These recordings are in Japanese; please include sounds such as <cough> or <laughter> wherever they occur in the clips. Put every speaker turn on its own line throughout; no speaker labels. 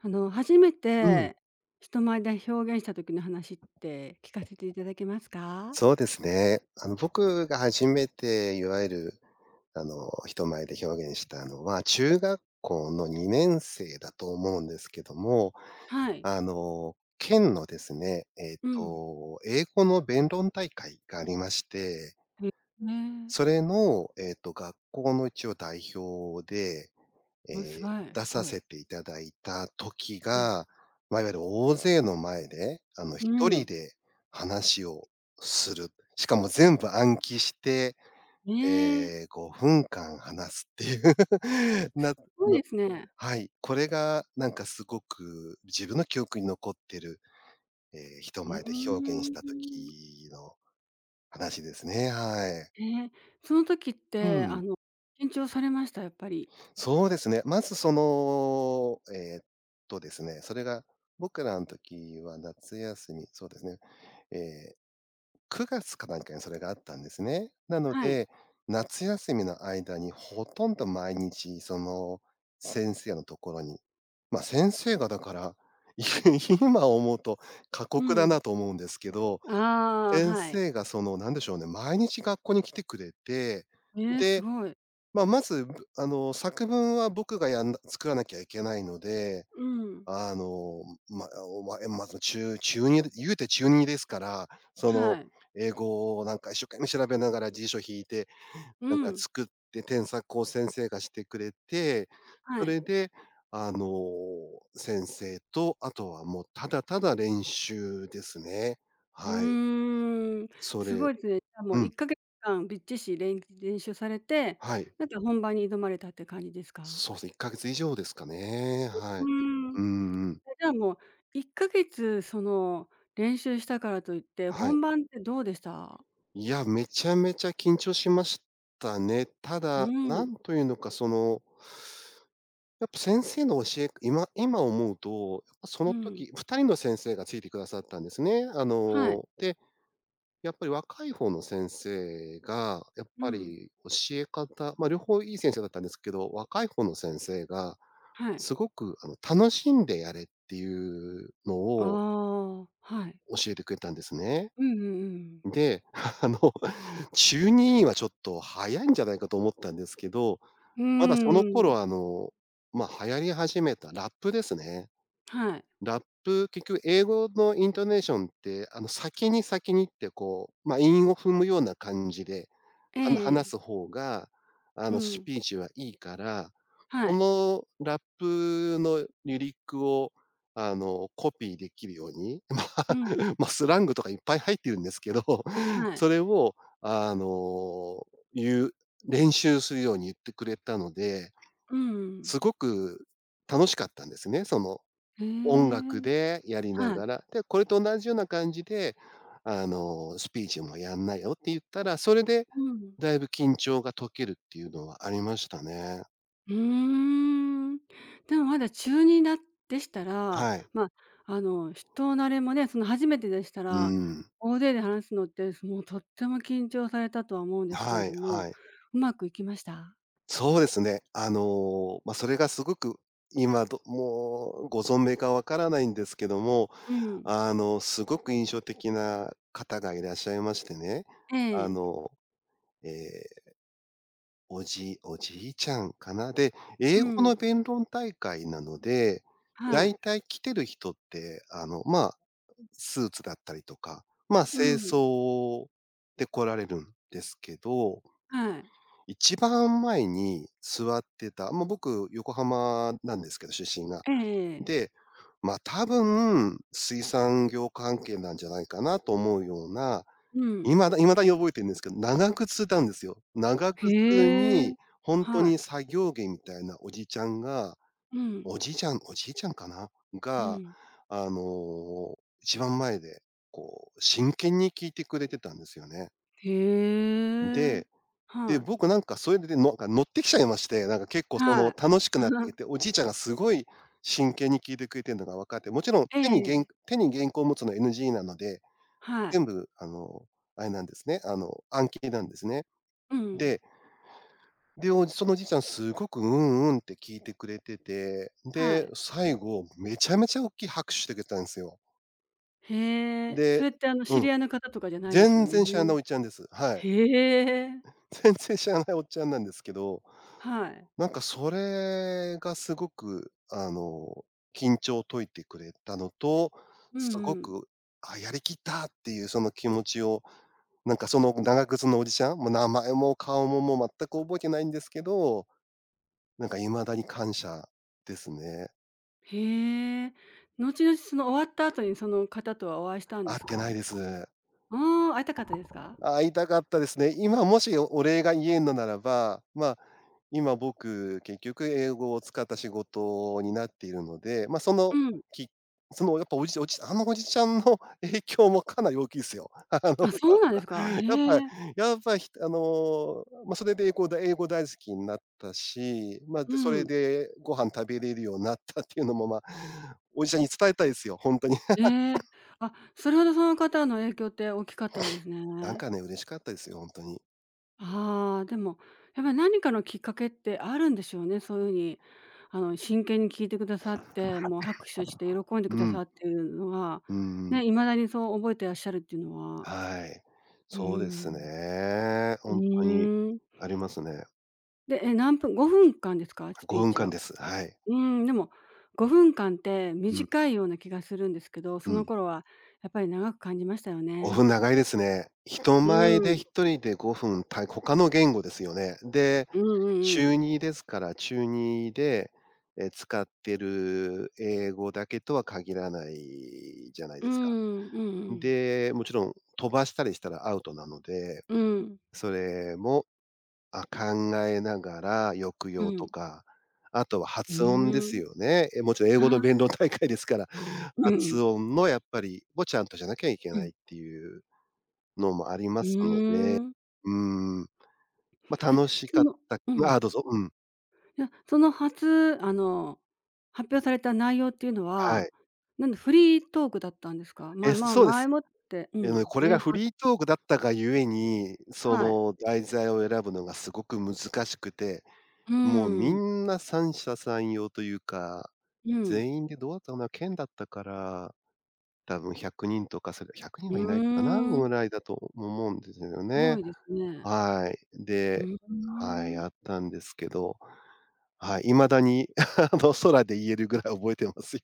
あの、初め
うん、
て人前で表現した時の話って聞かせていただけますか？
そうですね。僕が初めていわゆる、人前で表現したのは、中学校の2年生だと思うんですけども、
はい。
県のですね、
うん。
英語の弁論大会がありまして、
え、ねえ。
それの、学校の一応代表でえ
あ、すごい、
出
す
さ
ごい。
せていただいた時
はい。
が、まあ、いわゆる大勢の前で、
う
一人
ん。
で話をする。しかも全部暗記して、
ええ、す
5分間話すっていう <laughs>、
ごい
の
ですね。
はい、これがなんかすごく自分の記憶に残ってる、人
う
前で表現し
ー
た
ん。
時の話ですね、はい。
ええ、その時っ
う
て、あ
ん。
の、緊張されました？やっぱり。
そうですね。まずその、ですね、それが僕らの時は夏休み、そうですね、え9月かなんかにそれがあったんですね。なの
はい。
で、夏休みの間にほとんど毎日その先生のところに、ま、先生がだから、い <laughs> 今思うと過
う
酷だ
ん。
なと思うんですけど、
ああ、
先
はい。
生がその、なんでしょうね、毎日学校に来てくれて、
ええ、す
で、
ごい。
まあ、まず、作文は僕がやんな作らなきゃいけないので、
うん。
あの、ま、おまえま、ず中2言うて中二ですから、そ
は
の、
い。
英語をなんか一生懸命調べながら辞書引いて、
う
なんか
ん、
作って添削を先生がしてくれて、
は
そ
い。
れで、あの、先生と、あとはもうただただ練習ですね。
う
はい。
ーん、
そ
すご
れ
いですね。じゃあも
う
う1
ん、
か月間びっちしれん練習されて、
はい。
なんか本番に挑まれたって感じですか？
そうすね、1ヶ月以上ですかね、は
う
い。
ーん。
うん
じ
うん。
ゃあもう1か月その練習したからといって、
はい。
本番ってどうでした？
いや、めちゃめちゃ緊張しましたね。た
う
だ、な
ん、
んというのか、やっぱ先生の教え、今思うと、やっぱそ
う
の
ん。
時、2人の先生がついてくださったんですね。
はい。
で、やっぱり若い方の先生が、やっ
う
ぱ
ん。
り教え方、ま、両方いい先生だったんですけど、若い方の先生が、
はい。
すごく楽しんでやれっていうの
あ
を
あ、はい。
教えてくれたんですね。
うんうんうん。
で、<laughs> あの、中2はちょっと早いんじゃないかと思ったんですけど、
うー
まだその頃
ん、
ま、流行り始めたラップですね。
はい。
ラップ、結局英語のイントネーションって、先に先にってこう、ま、韻を踏むような感じで、
えええ
話す
え。
方が、
う
ス
ん。
ピーチはいいから、
は
こ
い。
のラップのリリックを、コピーできるように、
うん。
<laughs> ま、スラングとかいっぱい入ってるんですけど、
はい。
それを、あの、言う練習するように言ってくれたので、
うんうん。
すごく楽しかったんですね、その
へ
音楽
え。
でやりな
はい。
がら、で、これと同じような感じで、スピーチもやんなよって言ったら、それで
うん。
だいぶ緊張が解けるっていうのはありましたね。
うーん。でもまだ中にだでしたら、
はい。
ま、あの、人慣れもね、その初めてでした
う
ら、
ん。
大勢で話すのって、すもうとっても緊張されたとは思うんですけれ
は
ど
い
も、
はい。
うまくいきました？
そうですね。ま、それがすごく、もうご存命かわからないんですけども、
うん。
すごく印象的な方がいらっしゃいましてね。あ
ええ。
の、ええおじいちゃんかな。で、
う
英語
ん。
の弁論大会なので、だ
はい。
いたい来てる人って、まあ、スーツだったりとか、まあ、
う
正
ん。
装で来られるんですけど、
はい。
一番前に座ってた、まあ、僕、横浜なんですけど、出身が。
ええええ。
で、まあ、多分、水産業関係なんじゃないかなと思うような、
うん。
未だに覚えてるんですけど、長靴なんですよ。長靴
へえ。
に、ほんと
はい。
に作業着みたいなおじちゃんが、
うん。
おじいちゃん、おじいちゃんかな？
う
が、
ん。
あの、一番前で、こう、真剣に聞いてくれてたんですよね。
へえ。
で、で、
はい。
僕なんかそれで、乗ってきちゃいまして、なんか結構そ
は
の
い。
楽しくなってき
<laughs>
て、おじいちゃんがすごい真剣に聞いてくれてんのが分かって、もちろん
ええ。
手に原稿を持つのは NG なので、
はい。
全部あれなんですね、暗記なんですね。
うん。
で、で、そのおじいちゃんすごく「うんうん」って聞いてくれてて、
は
で、
い。
最後めちゃめちゃ大きい拍手してくれたんですよ。
へえ、そ
で、
れってあの知
うん、
り合いの方とかじゃないですよ
全
ね。
然知らないおっちゃんです。はい。
へえ、
<laughs> 全然知らないおっちゃんなんですけど、
はい。
なんかそれがすごく、緊張を解いてくれたのと、
うん
すご
うん。
く、やりきったっていうその気持ちを、なんかその長靴のおじちゃん、もう名前も顔ももう全く覚えてないんですけど、なんか未だに感謝ですね。
へえ。後々その終わった後にその方とはお会いしたんで
会
す
って
か？
ないです。
ああ、会いたかったですか？
会いたかったですね。今もしお礼が言えるのならば、まあ、今僕、結局英語を使った仕事になっているので、まあ、その、
うん。
きそのやっぱおじおじあのおじちゃんの <laughs> 影響もかなり大きいですよ。<laughs>
あ、そうなんですか。
やっぱり
へえ。
やっぱりまあ、それで英語大好きになったし、まあ、
う
で、それ
ん。
でご飯食べれるようになったっていうのも、まあ、おじちゃんに伝えたいですよ、本当に。
へえ。あ、それほどその方の影響って大きかったんです
なん
ね。
かね、嬉しかったですよ、本当に。
ああ、でも、やっぱり何かのきっかけってあるんでしょうね。そういうふうに、あの、真剣に聞いてくださって、もう拍手して喜んで
う
くださ
ん。
っているのが、
うんう
ね、
ん。
未だにそう覚えてらっしゃるっていうのは、
はい。
う
そうで
ー
す
ん。
ね。
う
本当に
ーん。
ありますね。
で、え、何分5分間ですか？スピー
5
チ
分間
は。
です。はい。
うーん、でも5分間って
うん、
短いような気がするんですけど、
う
その
ん。
頃はやっぱり長く感じましたよ
5分
ね。
長いですね。人
う
前で
ん。
1人で5分、他の言語ですよね。で、
うんうんう
中
ん。
2ですから、中2で、使ってる英語だけとは限らないじゃない
う
ですか。
ん、うんうん。
で、もちろん飛ばしたりしたらアウトなので、
うん。
それも考えながら、抑
う
揚と
ん。
か、あとは
う
発
ん。
音で
う
す
ん
よね。もちろん英語の弁論大会ですから、<laughs>
うんう
発
ん。
音のやっぱりもちゃんとじゃなきゃいけ
う
ない
ん。
っていうのもあり
う
ますの
ー
で、
ん。
うーん、ま、
え、
楽し
そ
かっ
の
た。
う
あ
ん。
あ、どうぞ、うん。
いや、その初、あの、発表された内容っていうの
は
は、
い。
なんでフリートークだったんですか？まあまあ、
そうで
前
す。
もってうん、
これ
ね、
がフ
こ
リートークだったがゆえに、そ
はい。
の題材を選ぶのがすごく難しくて、
う
もうみ
ーん。
んな三者三様というか、
うん。
全員でどうだったかな、県だったから多分100人とか、100人
う
はいないかな
ー
ぐ
ん。
らいだと思うんですよ
すご
ね。
いですね。
はい。
う
で、
ー
はい、
ん。
あったんですけど、はい、未だに <laughs> 空で言えるぐらい覚えてますよ。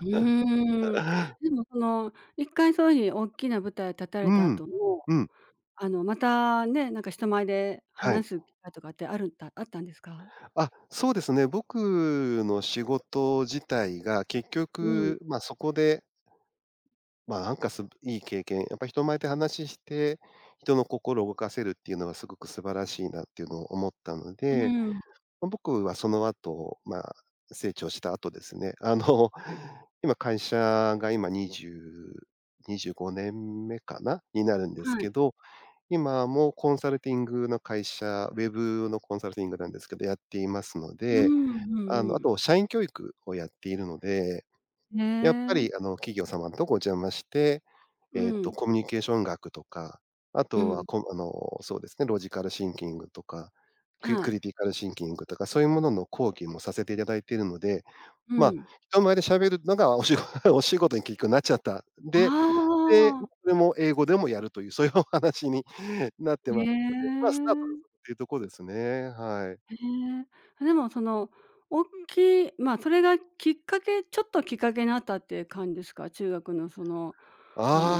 うーん。で
<laughs>
もその、1回そういう風におっきな舞台立た
う
れた
ん。
後も、
うん。
あの、またね、なんか人前で
はい。
話す機会とかってあるんたあったんですか？
あ、そうですね。僕の仕事自体が結
うん。
局、ま、そこで、ま、なんかいい経験、やっぱ人前で話して、人の心を動かせるっていうのはすごく素晴らしいなっていうのを思ったの
う
で、
ん、
ま、僕はその後、まあ、成長した後ですね、<laughs> 今会社が今2025年目かな？になるんです
は
け
い。
ど、今もコンサルティングの会社、ウェブのコンサルティングなんですけど、やっていますの
う
で、
ん、うんう
あ
ん。
と社員教育をやっているので、やっぱ
ねえ。
り企業様んとこお邪魔して、
うん、
コミュニケーション学とか、あ
う
とは
ん、
こあの、そうですね、ロジカルシンキングとか、
は
ク
い。
リティカルシンキングとか、そういうものの講義もさせていただいているので、
う
まあ、
ん。
人前で喋るのがおしご <laughs> お仕事に結局なっちゃった。
あ
で、
あ。
それも英語でもやるという、そういうお話に <laughs> なって
ね
ますので、まあ、スタートが
え。
そこっていうところですね、は
へ
い。
え。でもその、おっきいまあ、それがきっかけちょっときっかけになったっていう感じですか？中学のその、あの、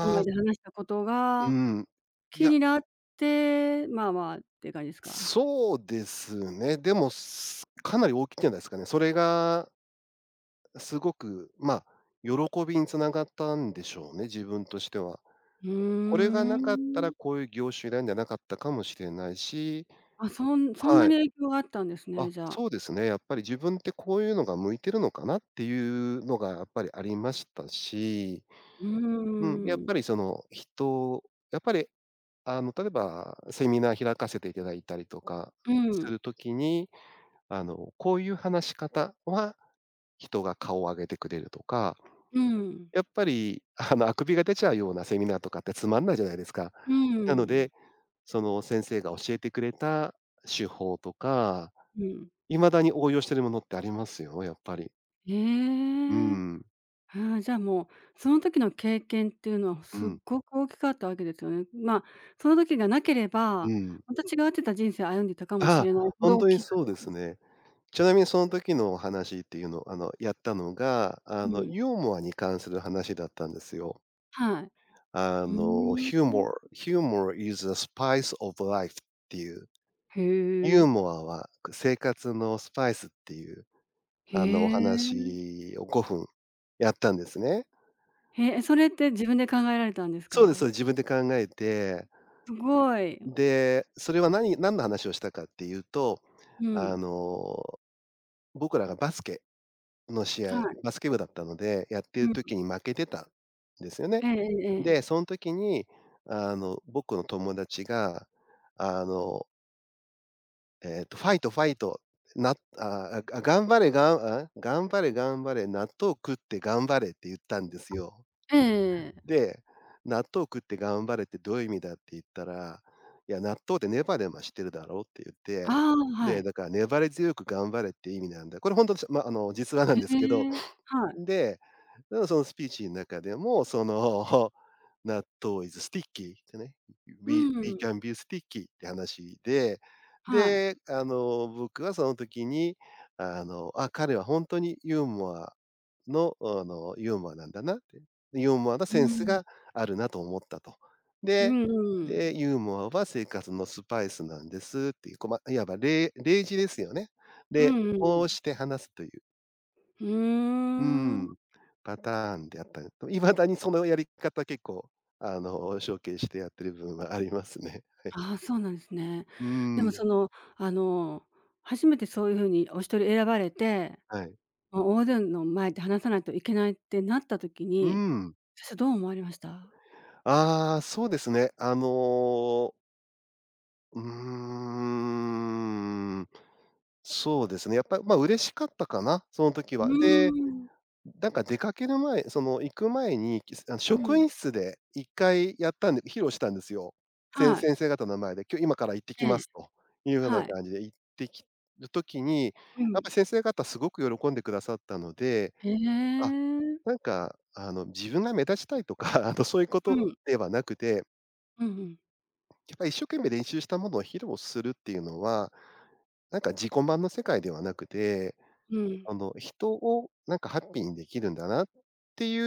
人
あ、
前で話したこと
う
が
ん。い
気
や、
になって、まあまあっていう感じですか？<laughs>
そうですね。でも、かなり大きいんじゃないですかね。それがすごく、まあ、喜びにつながったんでしょうね、自分としては。
う
これが
ー
なかったら、
ん。
こういう業種選んでなかったかもしれないし。
あ、そんそんな
は
に
い。
影響があったんですね、
あ、
じゃあ。
そうですね、やっぱり自分ってこういうのが向いてるのかなっていうのがやっぱりありましたし、
う
うん、やっ
ー
ぱり
ん。
その、人やっぱりあの、例えばセミナー開かせていただいたりとか
う
す
ん、
る時に、あの、こういう話し方は人が顔を上げてくれるとか、
うん。
やっぱり、<laughs> あの、あくびが出ちゃうようなセミナーとかってつまんないじゃないですか。
う
なの
ん、
で、その先生が教えてくれた手法とか、
うん。
未だに応用してるものってありますよ、やっぱり。
へ
う
え。
ん、
ああ、じゃあ、もう、その時の経験っていうのは
う
すっ
ん、
ごく大きかったわけですよね。まあ、その時がなけれ
う
ば、
ん。
また違ってた人生を歩んでいたかもし
ああ、
れないほ
ほ
ど
ん
大
とに
きかっ
そうで
たん
す
です。
ね。ちなみにその時のお話っていうのを、あの、やったのが、あ
う
の、
ん。
ユーモアに関する話だったんですよ。
はい。
あ
ふー
の、
ん。
humor humor is the spice of life っていう、
へ
ユ
え。
ーモアは生活のスパイスっていう、
へ
あの、お
え。
話を5分やったんですね。
へえ、それって自分で考えられたんです
そうです、そうで
か？
す。自分で考えて、
すごい。
で、それは何の話をしたかっていうと、
う
あ
ん。
の、僕らがバスケの試
は
合、
い。
バスケ部だったので、やって
う
る
ん。
時に負けてたんですよね。
えええええ
で、
え。
その時に、あの、僕の友達が、あのファイトファイト、なああ、あ、頑張れがんあ、頑張れ頑張れ、納豆食って頑張れって言ったんですよ。
ええええ。
で、納豆食って頑張れってどういう意味だって言ったら、いや、納豆ってネバネバしてるだろって言って、
ああ、は
で、
い。
だから粘り強く頑張れって意味なんだ。これ本当にま、あの、実話な
へ
んですけど。
え。はい。
で、だからそのスピーチん中でも、その納豆 is sticky ってね、
う
we can
ん。
be sticky って話で、
はい。
で、あの、僕はその時に、あの、あ、彼は本当にユーモアの、あの、ユーモアなんだなって、ユーモアな
う
センス
ー
が
ん。
あるなと思ったと。
う
で、
んうん。
で、ユーモアは生活のスパイスなんですっていう、こうまいわば例示ですよね。
う
で、
んう
こ
ん。
うして話すという。
う
う
ーん。
ん、パターンであったりと、いまだにそのやり方結構、あの、承継してやってる部分はありますね。<laughs> はい。
ああ、そうなんですね。
うー
でも
ん、
その、あの、初めてそういう風にお一人選ばれて、
はい。
オー大勢の前で話さないといけないってなった時
うー
に、
ん。
先生どう思われました？
ああ、そうですね。あの、うーん、そうですね、やっぱり、ま、嬉しかったかな、その時
う
は。で、
ーん。
なんか出かける前、その行く前に、あの
う
職
ん。
員室で一回やったんで披露したんですよ。
はい。
先生方の前で、今から行ってき
え
ま
え。
すという風な
はい。
感じで行ってきる時に、
う
やっ
ん。
ぱ先生方すごく喜んでくださったので、
へ
あ、
え。
なんかあの自分が目立ちたいとか、あのそういうこ
う
と
ん。
ではなくて、
うんうん。
やっぱ一生懸命練習したものを披露するっていうのは、なんか自己満の世界ではなくて、
うん。
あの、人をなんかハッピーにできるんだなってい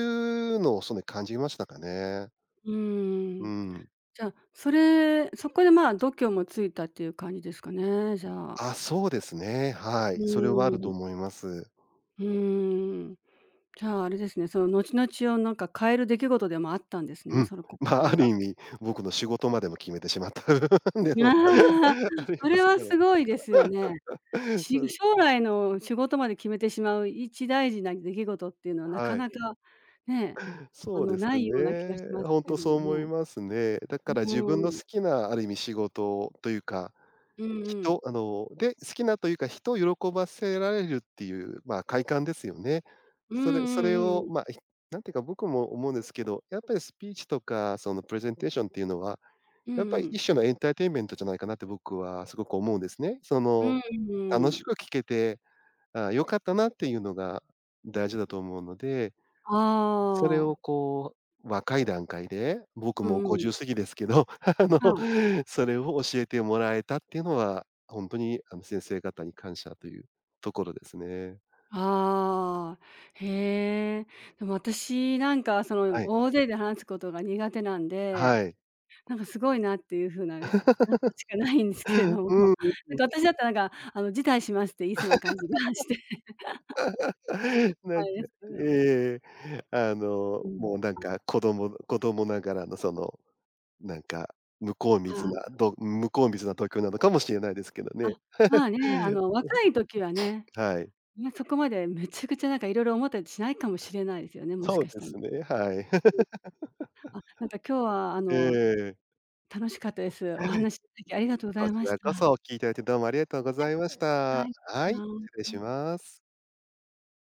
うのをそれ感じましたかね。
うー
う
ん。
ん。
じゃあ、それそこで、まあ、度胸もついたっていう感じですかね、じゃあ。
あ、そうですね。は
う
い。それはあ
ー
ると
ん。
思います。うん。
うーん。じゃあ、あれですね、その後々をなんか変える出来事でもあったんですね、
<laughs>
それこ
ま
そ
あ、あ
れ
る
が。
意味、僕の仕事までも決めてしまった <laughs> 部分でも
ああ、
<laughs>、あり
そ
ま
れ
す
は
から。
すごいですよね。
<laughs>
し
うん、
将来の仕事まで決めてしまう一大事な出来事っていうのはなか
はい。
なかね、あ
そう
の、
です
ないような気がし
ね。
ます
本
けれ
当
ども
そう思い
ね。
ますね。だから
う
自分の好
ん。
きなある意味仕事というか、
うんうん。
あの、で、好きなというか、人を喜ばせられるっていう、まあ、快感ですよね。
うん
それそ
う
れ
んう
を、
んうん。
まあ、なんていうか、僕も思うんですけど、やっぱりスピーチとか、そのプレゼンテーションっていうのは、
う
やっ
ん
ぱ
う
り
ん。
一種のエンターテインメントじゃないかなって僕はすごく思うんですね。そ
う
の、
んうん
楽
う
し
ん。
く聞けて、ああ、良かったなっていうのが大事だと思うので、
あ
それ
あ。
をこう、若い段階で、僕
う
もう
んうん。
50過ぎですけど、<laughs> あの、
はい。
それを教えてもらえたっていうのは、本当にあの先生方に感謝というところですね。
ああ、へえ。でも私なんかその
はい。
大勢で話すことが苦手なんで、
はい。
なんかすごいなっていう風な感想しか
<laughs>
ないんですけれども、<laughs>
うん。
なんか私だったらなんかあの辞退しますって言いそうな感じがして、
<laughs>
<laughs>
な
あ
んか、
れですけども。
ええ、あの、
うん。
もうなんか子供ながらのその、なんか、
あ
向こう水な東京なのかもしれないですけど
あ、あ、
ね。
まあね、あの
<laughs>
若い時はね、
はい。
ね、そこまでめちゃくちゃなんかいろいろ思ったりしないかもしれないですよね、もし
そう
かし
で
たら。
すね、はい。
うん。
<laughs>
あ、なんか今日はあ
え
の
え。
楽しかったです。お話しいただきありがとうござ
こ
い
ち
まし
ら
た。
こそ、聞いていただいてどうもありがとうございまし
は
た。
い。
はい、
あ
失
あ、
礼し
はい。
ます。